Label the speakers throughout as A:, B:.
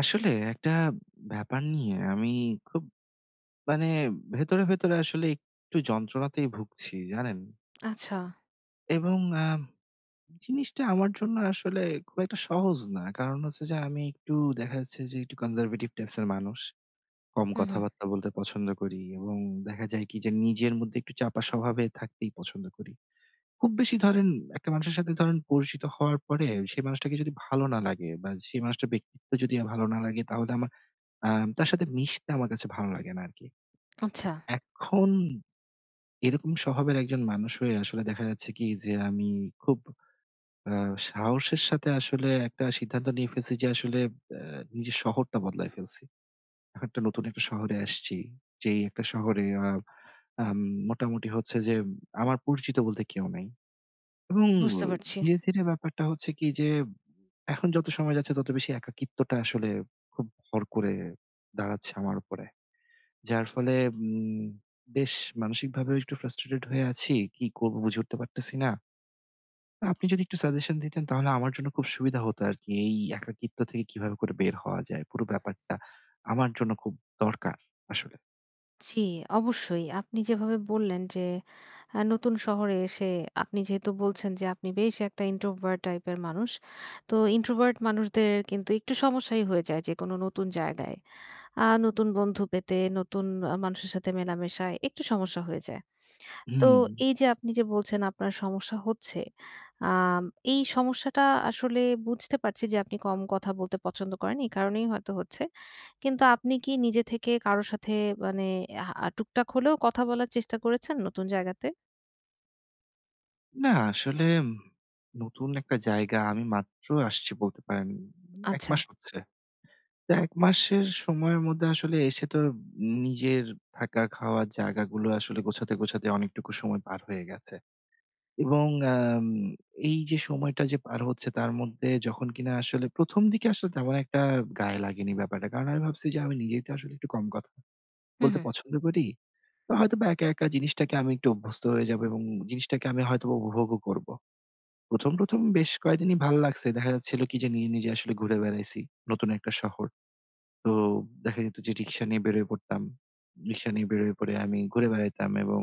A: আসলে একটা ব্যাপার নিয়ে আমি খুব মানে ভেতরে, ভেতরে আসলে একটু যন্ত্রণাতেই ভুগছি, জানেন?
B: আচ্ছা।
A: এবং আ জিনিসটা আমার জন্য আসলে খুব একটা সহজ না। কারণ হচ্ছে যে আমি একটু দেখা যাচ্ছে যে একটু কনজারভেটিভ টাইপস এর মানুষ। কম
B: হুম, হুম।
A: কথাবার্তা বলতে পছন্দ করি এবং দেখা যায় কি যে নিজের মধ্যে একটু চাপা স্বভাবে থাকতেই পছন্দ করি। খুব বেশি ধরেন একটা মানুষের সাথে ধরেন পরিচিত হওয়ার পরে সেই মানুষটাকে যদি ভালো না লাগে বা সেই মানুষটার ব্যক্তিত্ব যদি ভালো না লাগে তাহলে আমার তার সাথে মিশতে আমার কাছে ভালো লাগে না আরকি।
B: আচ্ছা,
A: এখন এরকম স্বভাবের একজন মানুষ হয়ে আসলে দেখা যাচ্ছে কি যে আমি খুব আ সাহসের সাথে আসলে একটা সিদ্ধান্ত নিয়ে ফেলছি যে আসলে আ নিজের শহরটা বদলায় ফেলছি। এখন একটা নতুন একটা শহরে আসছি। যেই একটা শহরে আ আম মোটামুটি হচ্ছে যে আমার পরিচিত বলতে কেউ নাই। এবং
B: বুঝতে পারছি।
A: ধীরে, ধীরে ব্যাপারটা হচ্ছে কি যে এখন যত সময় যাচ্ছে তত বেশি একাকিত্বটা আসলে খুব ভর করে দাঁড়াচ্ছে আমার উপরে। যার ফলে উম বেশ মানসিকভাবেও একটু ফ্রাস্ট্রেটেড হয়ে আছি। কি করব বুঝে উঠতে পারতেছি না। আপনি যদি একটু সাজেশন দিতেন তাহলে আমার জন্য খুব সুবিধা হতো আরকি। এই একাকিত্ব থেকে কিভাবে করে বের হওয়া যায়? পুরো ব্যাপারটা আমার জন্য খুব দরকার আসলে।
B: জি, অবশ্যই। আপনি যেভাবে বললেন যে নতুন শহরে এসে আপনি যেহেতু বলছেন যে আপনি বেশ একটা introvert টাইপের মানুষ। তো introvert মানুষদের কিন্তু একটু সমস্যাই হয়ে যায় যে কোনো নতুন জায়গায়। নতুন বন্ধু পেতে, নতুন মানুষের সাথে মেলামেশায় একটু সমস্যা হয়ে যায়। তো
A: হুম,
B: এই যে আপনি যে বলছেন আপনার সমস্যা হচ্ছে, আম এই সমস্যাটা আসলে বুঝতে পারছি যে আপনি কম কথা বলতে পছন্দ করেন। এই কারণেই হয়তো হচ্ছে। কিন্তু আপনি কি নিজে থেকে কারো সাথে মানে টুকটাক হলেও কথা বলার চেষ্টা করেছেন নতুন জায়গাতে?
A: না আসলে, নতুন একটা জায়গা আমি মাত্র আসছি বলতে পারেন। ১
B: আচ্ছা।
A: মাস হচ্ছে। তো ১ মাসের সময়ের মধ্যে আসলে এসে তো নিজের থাকা, খাওয়ার জায়গাগুলো আসলে গোছাতে, গোছাতে অনেকটুকু সময় পার হয়ে গেছে। এবং আম এই যে সময়টা যে পার হচ্ছে তার মধ্যে যখন কিনা আসলে ১ম দিকে আসলে তেমন একটা গায়ে লাগেনি ব্যাপারটা। কারণ আমি ভাবছি যে আমি নিজেই তো আসলে একটু কম কথা
B: হুম,
A: বলতে
B: হুম।
A: পছন্দ করি। তো হয়তোবা একা, একা জিনিসটাকে আমি একটু অভ্যস্ত হয়ে যাবো এবং জিনিসটাকে আমি হয়তোবা উপভোগও করব। ১ম, ১ম বেশ কয়েকদিনই ভাল লাগছে। দেখা যাচ্ছিল কি যে নিজে, নিজে আসলে ঘুরে বেড়াইছি। নতুন একটা শহর। তো দেখা যেত যে রিক্সা নিয়ে বেরোয়ে পড়তাম। রিক্সা নিয়ে বেরোয়ে পড়ে আমি ঘুরে বেড়াইতাম এবং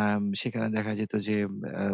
A: সেখানে দেখা যেত যে আ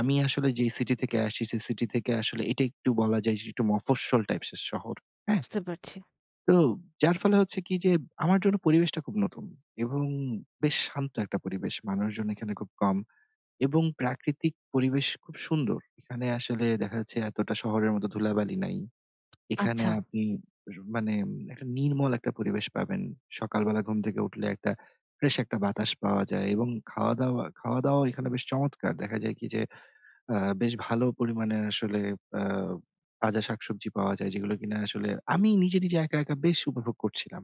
A: আমি আসলে যেই সিটি থেকে আসি, সেই সিটি থেকে আসলে এটা একটু বলা যায় যে একটু মফস্বল টাইপস এর শহর। হ্যাঁ?
B: বুঝতে পারছি।
A: তো যার ফলে হচ্ছে কি যে আমার জন্য পরিবেশটা খুব নতুন এবং বেশ শান্ত একটা পরিবেশ। মানুষজন এখানে খুব কম এবং প্রাকৃতিক পরিবেশ খুব সুন্দর। এখানে আসলে দেখা যাচ্ছে এতটা শহরের মতো ধুলাবালি নাই। এখানে
B: আচ্ছা,
A: আপনি মানে একটা নির্মল একটা পরিবেশ পাবেন। সকালবেলা ঘুম থেকে উঠলে একটা ফ্রেশ একটা বাতাস পাওয়া যায় এবং খাওয়া-দাওয়াও এখানে বেশ চমৎকার। দেখা যায় কি যে বেশ ভালো পরিমাণে আসলে আ তাজা শাকসবজি পাওয়া যায় যেগুলো কিনা আসলে আমি নিজে, নিজে একা, একা বেশ উপভোগ করছিলাম।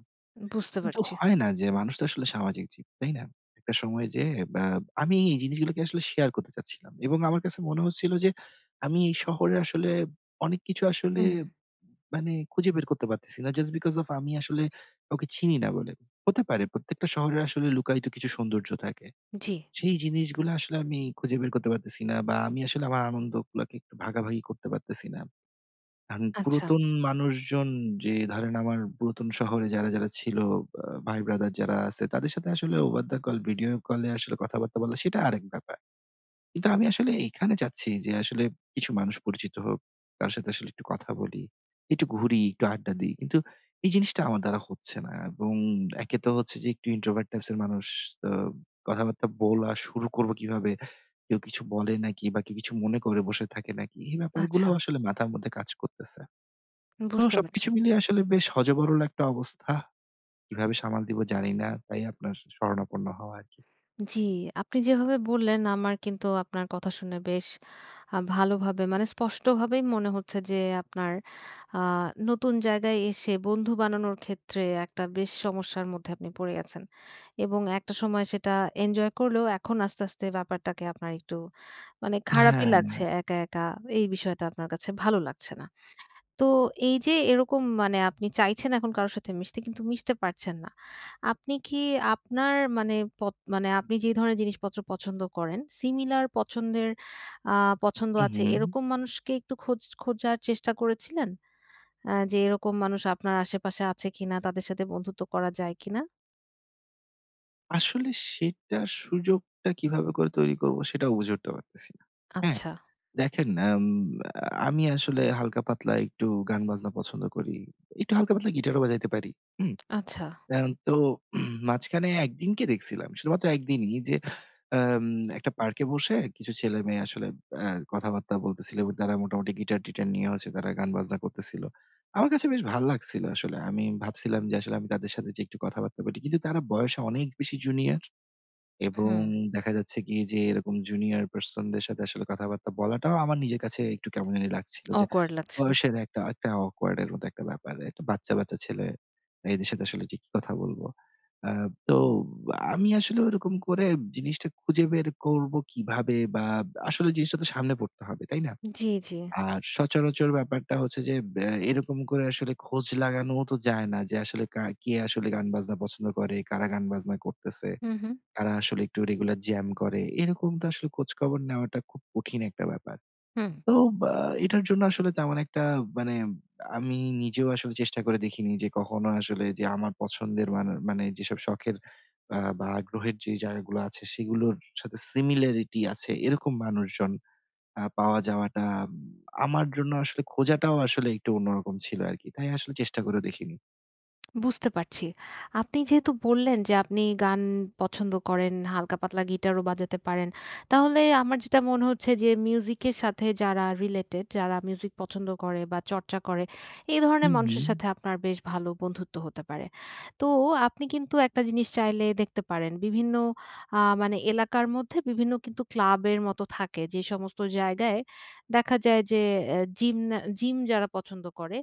B: বুঝতে
A: কিন্তু
B: পারছি।
A: হয় না যে মানুষ তো আসলে সামাজিক জীব, তাই না? একটা সময়ে যেয়ে বা আমি এই জিনিসগুলোকে আসলে শেয়ার করতে চাচ্ছিলাম এবং আমার কাছে মনে হচ্ছিল যে আমি এই শহরে আসলে অনেক কিছু আসলে
B: হুম, হুম।
A: খুঁজে বের করতে পারতেছি না। জাস্ট বিকজ অফ আমি আসলে কাউকে চিনি না বলে। হতে পারে প্রত্যেকটা শহরে আসলে লুকায়িত কিছু সৌন্দর্য থাকে।
B: জি।
A: সেই জিনিসগুলো আসলে আমি খুঁজে বের করতে পারতেছি না বা আমি আসলে আমার আনন্দগুলাকে একটু ভাগাভাগি করতে পারতেছি না। এখন
B: আচ্ছা,
A: পুরাতন মানুষজন যে ধরেন আমার পুরাতন শহরে যারা ছিল ভাই ব্রাদার যারা আছে তাদের সাথে আসলে ওভার দ্যা কল ভিডিও কলে আসলে কথাবার্তা বলা সেটা আরেক ব্যাপার। কিন্তু আমি আসলে এখানে চাচ্ছি যে আসলে কিছু মানুষ পরিচিত হোক। কারো সাথে আসলে একটু কথা বলি, একটু ঘুরি, একটু আড্ডা দিই। কিন্তু এই জিনিসটা আমার দ্বারা হচ্ছে না এবং একে তো হচ্ছে যে একটু ইন্ট্রোভার্ট টাইপস এর মানুষ। তো কথাবার্তা বলা শুরু করব কিভাবে? কেউ কিছু বলে নাকি বা কেউ কিছু মনে করে বসে থাকে নাকি? এই
B: আচ্ছা।
A: ব্যাপারগুলাও আসলে মাথার মধ্যে কাজ করতেছে। তো
B: বুঝতে পারছি।
A: সবকিছু মিলিয়ে আসলে বেশ হযবরল একটা অবস্থা। কিভাবে সামাল দিব জানি না। তাই আপনার শরণাপন্ন হওয়া আরকি।
B: জি, আপনি যেভাবে বললেন আমার কিন্তু আপনার কথা শুনে বেশ ভালোভাবে মানে স্পষ্টভাবেই মনে হচ্ছে যে আপনার আ নতুন জায়গায় এসে বন্ধু বানানোর ক্ষেত্রে একটা বেশ সমস্যার মধ্যে আপনি পড়ে গেছেন। এবং একটা সময় সেটা এনজয় করলেও এখন আস্তে, আস্তে ব্যাপারটাকে আপনার একটু মানে খারাপই
A: হ্যাঁ।
B: লাগছে একা, একা। এই বিষয়টা আপনার কাছে ভালো লাগছে না। তো এই যে এরকম মানে আপনি চাইছেন এখন কারো সাথে মিশতে কিন্তু মিশতে পারছেন না। আপনি কি আপনার মানে পত মানে আপনি যে ধরনের জিনিসপত্র পছন্দ করেন সিমিলার পছন্দের আ পছন্দ
A: হু,
B: আছে
A: হু।
B: এরকম মানুষকে একটু খোঁজার চেষ্টা করেছিলেন? যে এরকম মানুষ আপনার আশেপাশে আছে কিনা? তাদের সাথে বন্ধুত্ব করা যায় কিনা?
A: আসলে সেটার সুযোগটা কিভাবে করে তৈরি করব সেটাও বুঝে উঠতে পারতেছি না। হ্যাঁ,
B: আচ্ছা,
A: দেখেন আমি আসলে হালকা পাতলা একটু গান বাজনা পছন্দ করি। একটু হালকা পাতলা গিটারও বাজাইতে পারি। হুম?
B: আচ্ছা।
A: তো মাঝখানে একদিনকে দেখছিলাম। শুধুমাত্র একদিনই যে আম একটা পার্কে বসে কিছু ছেলেমেয়ে আসলে আ কথাবার্তা বলতেছিল এবং তারা মোটামুটি গিটার-টিটার নিয়ে হচ্ছে তারা গান-বাজনা করতেছিল। আমার কাছে বেশ ভাল লাগছিল আসলে। আমি ভাবছিলাম যে আসলে আমি তাদের সাথে যে একটু কথাবার্তা বলি। কিন্তু তারা বয়সে অনেক বেশি জুনিয়র। এবং
B: হুম,
A: দেখা যাচ্ছে কি যে এরকম জুনিয়র পারসন দের সাথে আসলে কথাবার্তা বলাটাও আমার নিজের কাছে একটু কেমন জানি লাগছিল যে
B: awkward লাগছিল।
A: বয়সের একটা একটা awkward এর মতো একটা ব্যাপার। একটা বাচ্চা, বাচ্চা ছেলে। এদের সাথে আসলে যে কি কথা বলব? আ তো আমি আসলে ওরকম করে জিনিসটা খুঁজে বের করব কিভাবে বা আসলে জিনিসটা তো সামনে পড়তে হবে, তাই না?
B: জি, জি।
A: আর সচরাচর ব্যাপারটা হচ্ছে যে এরকম করে আসলে খোঁজ লাগানোও তো যায় না যে আসলে কে আসলে গান বাজনা পছন্দ করে, কারা গান বাজনা করতেছে।
B: হুম, হুম,
A: তারা আসলে একটু রেগুলার জ্যাম করে। এরকম তো আসলে খোঁজখবর নেওয়াটা খুব কঠিন একটা ব্যাপার।
B: হুম।
A: তো বা এটার জন্য আসলে তেমন একটা মানে আমি নিজেও আসলে চেষ্টা করে দেখিনি যে কখনো আসলে যে আমার পছন্দের মানে মানে যেসব শখের বা আগ্রহের যে জায়গাগুলো আছে সেগুলোর সাথে সিমিলারিটি আছে এরকম মানুষজন পাওয়া যাওয়াটা উম, আমার জন্য আসলে খোঁজাটাও আসলে একটু অন্যরকম ছিল আরকি। তাই আসলে চেষ্টা করেও দেখিনি।
B: বুঝতে পারছি। আপনি যেহেতু বললেন যে আপনি গান পছন্দ করেন, হালকা পাতলা গিটারও বাজাতে পারেন। তাহলে আমার যেটা মনে হচ্ছে যে মিউজিকের সাথে যারা রিলেটেড, যারা মিউজিক পছন্দ করে বা চর্চা করে, এই ধরনের
A: হুম,
B: মানুষের
A: হুম।
B: সাথে আপনার বেশ ভালো বন্ধুত্ব হতে পারে। তো আপনি কিন্তু একটা জিনিস চাইলে দেখতে পারেন। বিভিন্ন মানে এলাকার মধ্যে বিভিন্ন কিন্তু ক্লাবের মতো থাকে যে সমস্ত জায়গায় দেখা যায় যে জিম না জিম যারা পছন্দ করে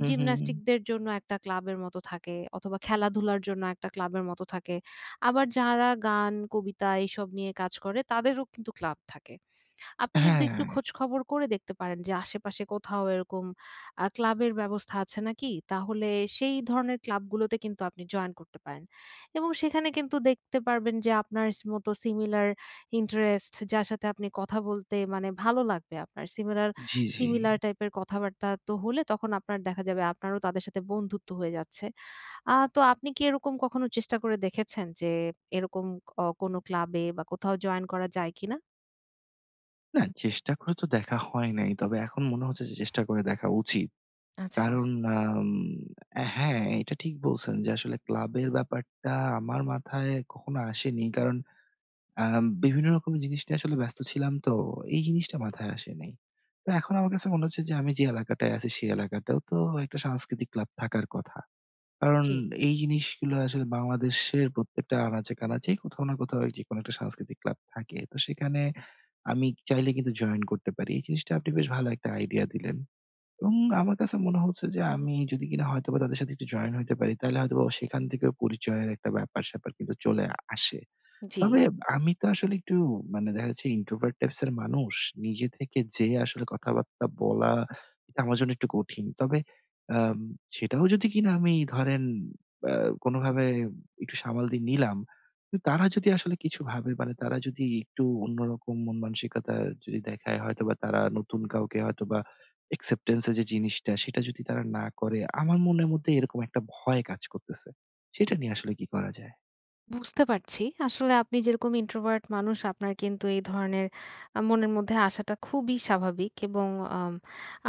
A: হুম, হুম।
B: জিমন্যাস্টিকদের জন্য একটা ক্লাবের মতো থাকে অথবা খেলাধুলার জন্য একটা ক্লাবের মতো থাকে। আবার যারা গান, কবিতা এসব নিয়ে কাজ করে তাদেরও কিন্তু ক্লাব থাকে। আপনি কিন্তু
A: হ্যাঁ,
B: একটু খোঁজখবর করে দেখতে পারেন যে আশেপাশে কোথাও এরকম ক্লাবের ব্যবস্থা আছে নাকি? তাহলে সেই ধরনের ক্লাবগুলোতে কিন্তু আপনি জয়েন করতে পারেন। এবং সেখানে কিন্তু দেখতে পারবেন যে আপনার স মতো সিমিলার ইন্টারেস্ট যার সাথে আপনি কথা বলতে মানে ভালো লাগবে আপনার। সিমিলার
A: জি, জি।
B: সিমিলার টাইপের কথাবার্তা তো হলে তখন আপনার দেখা যাবে আপনারও তাদের সাথে বন্ধুত্ব হয়ে যাচ্ছে। তো আপনি কি এরকম কখনো চেষ্টা করে দেখেছেন যে এরকম কোনো ক্লাবে বা কোথাও জয়েন করা যায় কিনা?
A: না, চেষ্টা করে তো দেখা হয় নাই। তবে এখন মনে হচ্ছে যে চেষ্টা করে দেখা উচিত।
B: আচ্ছা।
A: কারণ আম অ্যা হ্যাঁ, এটা ঠিক বলছেন যে আসলে ক্লাবের ব্যাপারটা আমার মাথায় কখনো আসেনি। কারণ বিভিন্ন রকমের জিনিস নিয়ে আসলে ব্যস্ত ছিলাম তো, এই জিনিসটা মাথায় আসেনি। তো এখন আমার কাছে মনে হচ্ছে যে আমি যে এলাকাটায় আছি সেই এলাকাতেও তো একটা সাংস্কৃতিক ক্লাব থাকার কথা। কারণ
B: জি।
A: এই জিনিসগুলো আসলে বাংলাদেশের প্রত্যেকটা আনাচে-কানাচেই কোথাও না কোথাও যেকোনো একটা সাংস্কৃতিক ক্লাব থাকে। তো সেখানে আমি চাইলে কিন্তু জয়েন করতে পারি। এই জিনিসটা আপনি বেশ ভালো একটা আইডিয়া দিলেন। এবং আমার কাছে মনে হচ্ছে যে আমি যদি কিনা হয়তোবা তাদের সাথে একটু জয়েন হইতে পারি, তাহলে হয়তোবা সেখান থেকেও পরিচয়ের একটা ব্যাপার-স্যাপার কিন্তু চলে আসে।
B: জি,
A: তবে আমি তো আসলে একটু দেখা যাচ্ছে introvert types এর মানুষ। নিজে থেকে যেয়ে আসলে কথাবার্তা বলা এটা আমার জন্য একটু কঠিন। তবে আম সেটাও যদি কিনা আমি ধরেন আ কোনোভাবে একটু সামাল দিয়ে নিলাম। কিন্তু তারা যদি আসলে কিছু ভাবে মানে তারা যদি একটু অন্যরকম মন মানসিকতা যদি দেখায় হয়তোবা তারা নতুন কাউকে হয়তোবা acceptance এর যে জিনিসটা সেটা যদি তারা না করে আমার মনের মধ্যে এরকম একটা ভয় কাজ করতেছে। সেটা নিয়ে আসলে কি করা যায়?
B: বুঝতে পারছি। আসলে আপনি যেরকম introvert মানুষ আপনার কিন্তু এই ধরনের মনের মধ্যে আসাটা খুবই স্বাভাবিক এবং আম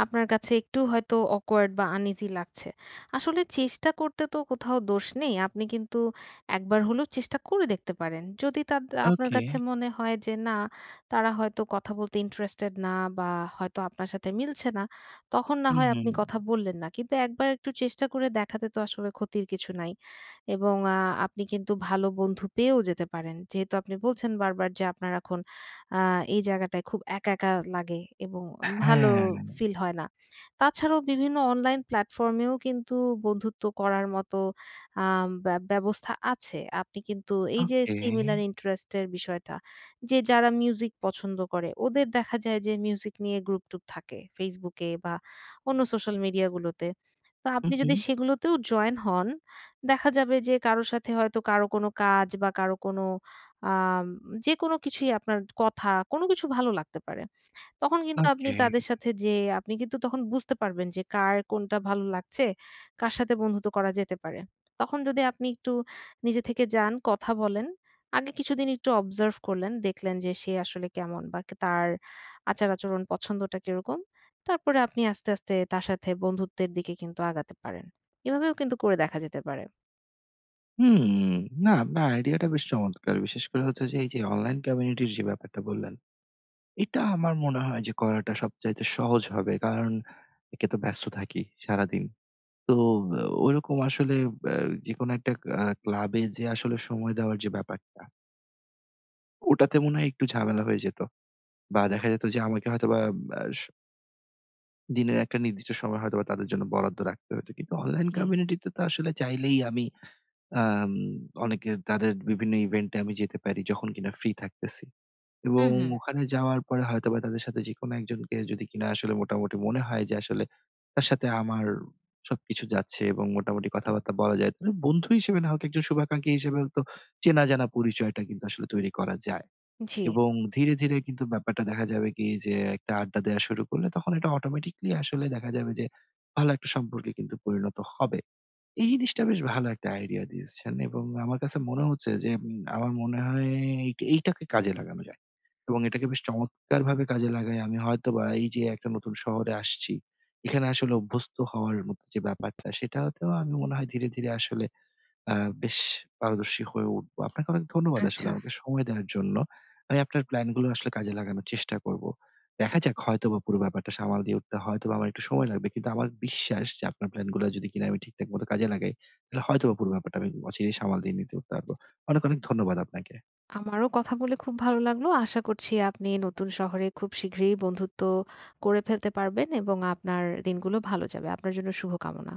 B: আপনার কাছে একটু হয়তো awkward বা uneasy লাগছে। আসলে চেষ্টা করতে তো কোথাও দোষ নেই। আপনি কিন্তু একবার হলেও চেষ্টা করে দেখতে পারেন। যদি তাদ আপনার
A: ওকে।
B: কাছে মনে হয় যে না, তারা হয়তো কথা বলতে interested না বা হয়তো আপনার সাথে মিলছে না, তখন না
A: হুম,
B: হয়
A: হুম।
B: আপনি কথা বললেন না। কিন্তু একবার একটু চেষ্টা করে দেখাতে তো আসলে ক্ষতির কিছু নাই। এবং আপনি কিন্তু ভালো বন্ধু পেয়েও যেতে পারেন। যেহেতু আপনি বলছেন বারবার যে আপনার এখন আ এই জায়গাটায় খুব একা, একা লাগে এবং ভালো
A: হ্যাঁ,
B: ফিল হয় না। তাছাড়াও বিভিন্ন অনলাইন প্ল্যাটফর্মেও কিন্তু বন্ধুত্ব করার মতো আ ব্যা ব্যবস্থা আছে। আপনি কিন্তু এই যে
A: ওকে।
B: সিমিলার ইন্টারেস্ট এর বিষয়টা, যে যারা মিউজিক পছন্দ করে ওদের দেখা যায় যে মিউজিক নিয়ে গ্রুপ-টুপ থাকে Facebook এ বা অন্য সোশ্যাল মিডিয়া গুলোতে। তো
A: হু,
B: আপনি
A: হু।
B: যদি সেগুলোতেও জয়েন হন দেখা যাবে যে কারো সাথে হয়তো কারো কোনো কাজ বা কারো কোনো আম যেকোনো কিছুই আপনার কথা কোনো কিছু ভালো লাগতে পারে। তখন কিন্তু আপনি
A: ওকে।
B: তাদের সাথে যেয়ে আপনি কিন্তু তখন বুঝতে পারবেন যে কার কোনটা ভালো লাগছে, কার সাথে বন্ধুত্ব করা যেতে পারে। তখন যদি আপনি একটু নিজে থেকে যান, কথা বলেন, আগে কিছুদিন একটু অবজার্ভ করলেন, দেখলেন যে সে আসলে কেমন বা কে তার আচার-আচরণ পছন্দটা কিরকম। তারপরে আপনি আস্তে, আস্তে তার সাথে বন্ধুত্বের দিকে কিন্তু আগাতে পারেন। এভাবেও কিন্তু করে দেখা যেতে পারে।
A: হুম, না আপনার আইডিয়াটা বেশ চমৎকার। বিশেষ করে হচ্ছে যে এই যে অনলাইন কমিউনিটির যে ব্যাপারটা বললেন, এটা আমার মনে হয় যে করাটা সবচাইতে সহজ হবে। কারণ একে তো ব্যস্ত থাকি সারাদিন। তো ওরকম আসলে আ যেকোনো একটা ক্লাবে যে আসলে সময় দেওয়ার যে ব্যাপারটা, ওটাতে মনে হয় একটু ঝামেলা হয়ে যেত। বা দেখা যেত যে আমাকে হয়তোবা আ স দিনের একটা নির্দিষ্ট সময় হয়তোবা তাদের জন্য বরাদ্দ রাখতে হতো। কিন্তু অনলাইন
B: জি।
A: কমিউনিটিতে তো আসলে চাইলেই আমি আম অনেকের তাদের বিভিন্ন ইভেন্টে আমি যেতে পারি যখন কিনা ফ্রি থাকতেছি। এবং
B: হুম, হুম।
A: ওখানে যাওয়ার পরে হয়তোবা তাদের সাথে যেকোনো একজনকে যদি কিনা আসলে মোটামুটি মনে হয় যে আসলে তার সাথে আমার সবকিছু যাচ্ছে এবং মোটামুটি কথাবার্তা বলা যায়। তবে বন্ধু হিসেবে না হোক একজন শুভাকাঙ্ক্ষী হিসেবেও তো চেনা জানা পরিচয়টা কিন্তু আসলে তৈরি করা যায়।
B: জি।
A: এবং ধীরে, ধীরে কিন্তু ব্যাপারটা দেখা যাবে কি যে একটা আড্ডা দেয়া শুরু করলে তখন এটা অটোমেটিক্যালি আসলে দেখা যাবে যে ভালো একটা সম্পর্কে কিন্তু পরিণত হবে। এই জিনিসটা বেশ ভালো একটা আইডিয়া দিয়েছেন এবং আমার কাছে মনে হচ্ছে যে আমার মনে হয় এইটাকে কাজে লাগানো যায় এবং এটাকে বেশ চমৎকারভাবে কাজে লাগাই আমি হয়তোবা এই যে একটা নতুন শহরে আসছি, এখানে আসলে অভ্যস্ত হওয়ার মতো যে ব্যাপারটা সেটাতেও আমি মনে হয় ধীরে, ধীরে আসলে আ বেশ পারদর্শী হয়ে উঠবো। আপনাকে অনেক ধন্যবাদ আসলে
B: আচ্ছা।
A: আমাকে সময় দেওয়ার জন্য। আমি আপনার প্ল্যান গুলো আসলে কাজে লাগানোর চেষ্টা করব। দেখা যাক হয়তোবা পুরো ব্যাপারটা সামাল দিয়ে উঠতে হয়তোবা আমার একটু সময় লাগবে। কিন্তু আমার বিশ্বাস যে আপনার প্ল্যান গুলো যদি কিনা আমি ঠিকঠাক মতো কাজে লাগাই, তাহলে হয়তোবা পুরো ব্যাপারটা আমি অচিরেই সামাল দিয়ে নিতে পারবো। অনেক, অনেক ধন্যবাদ আপনাকে।
B: আমারও কথা বলে খুব ভালো লাগলো। আশা করছি আপনি নতুন শহরে খুব শীঘ্রই বন্ধুত্ব করে ফেলতে পারবেন এবং আপনার দিনগুলো ভালো যাবে। আপনার জন্য শুভকামনা।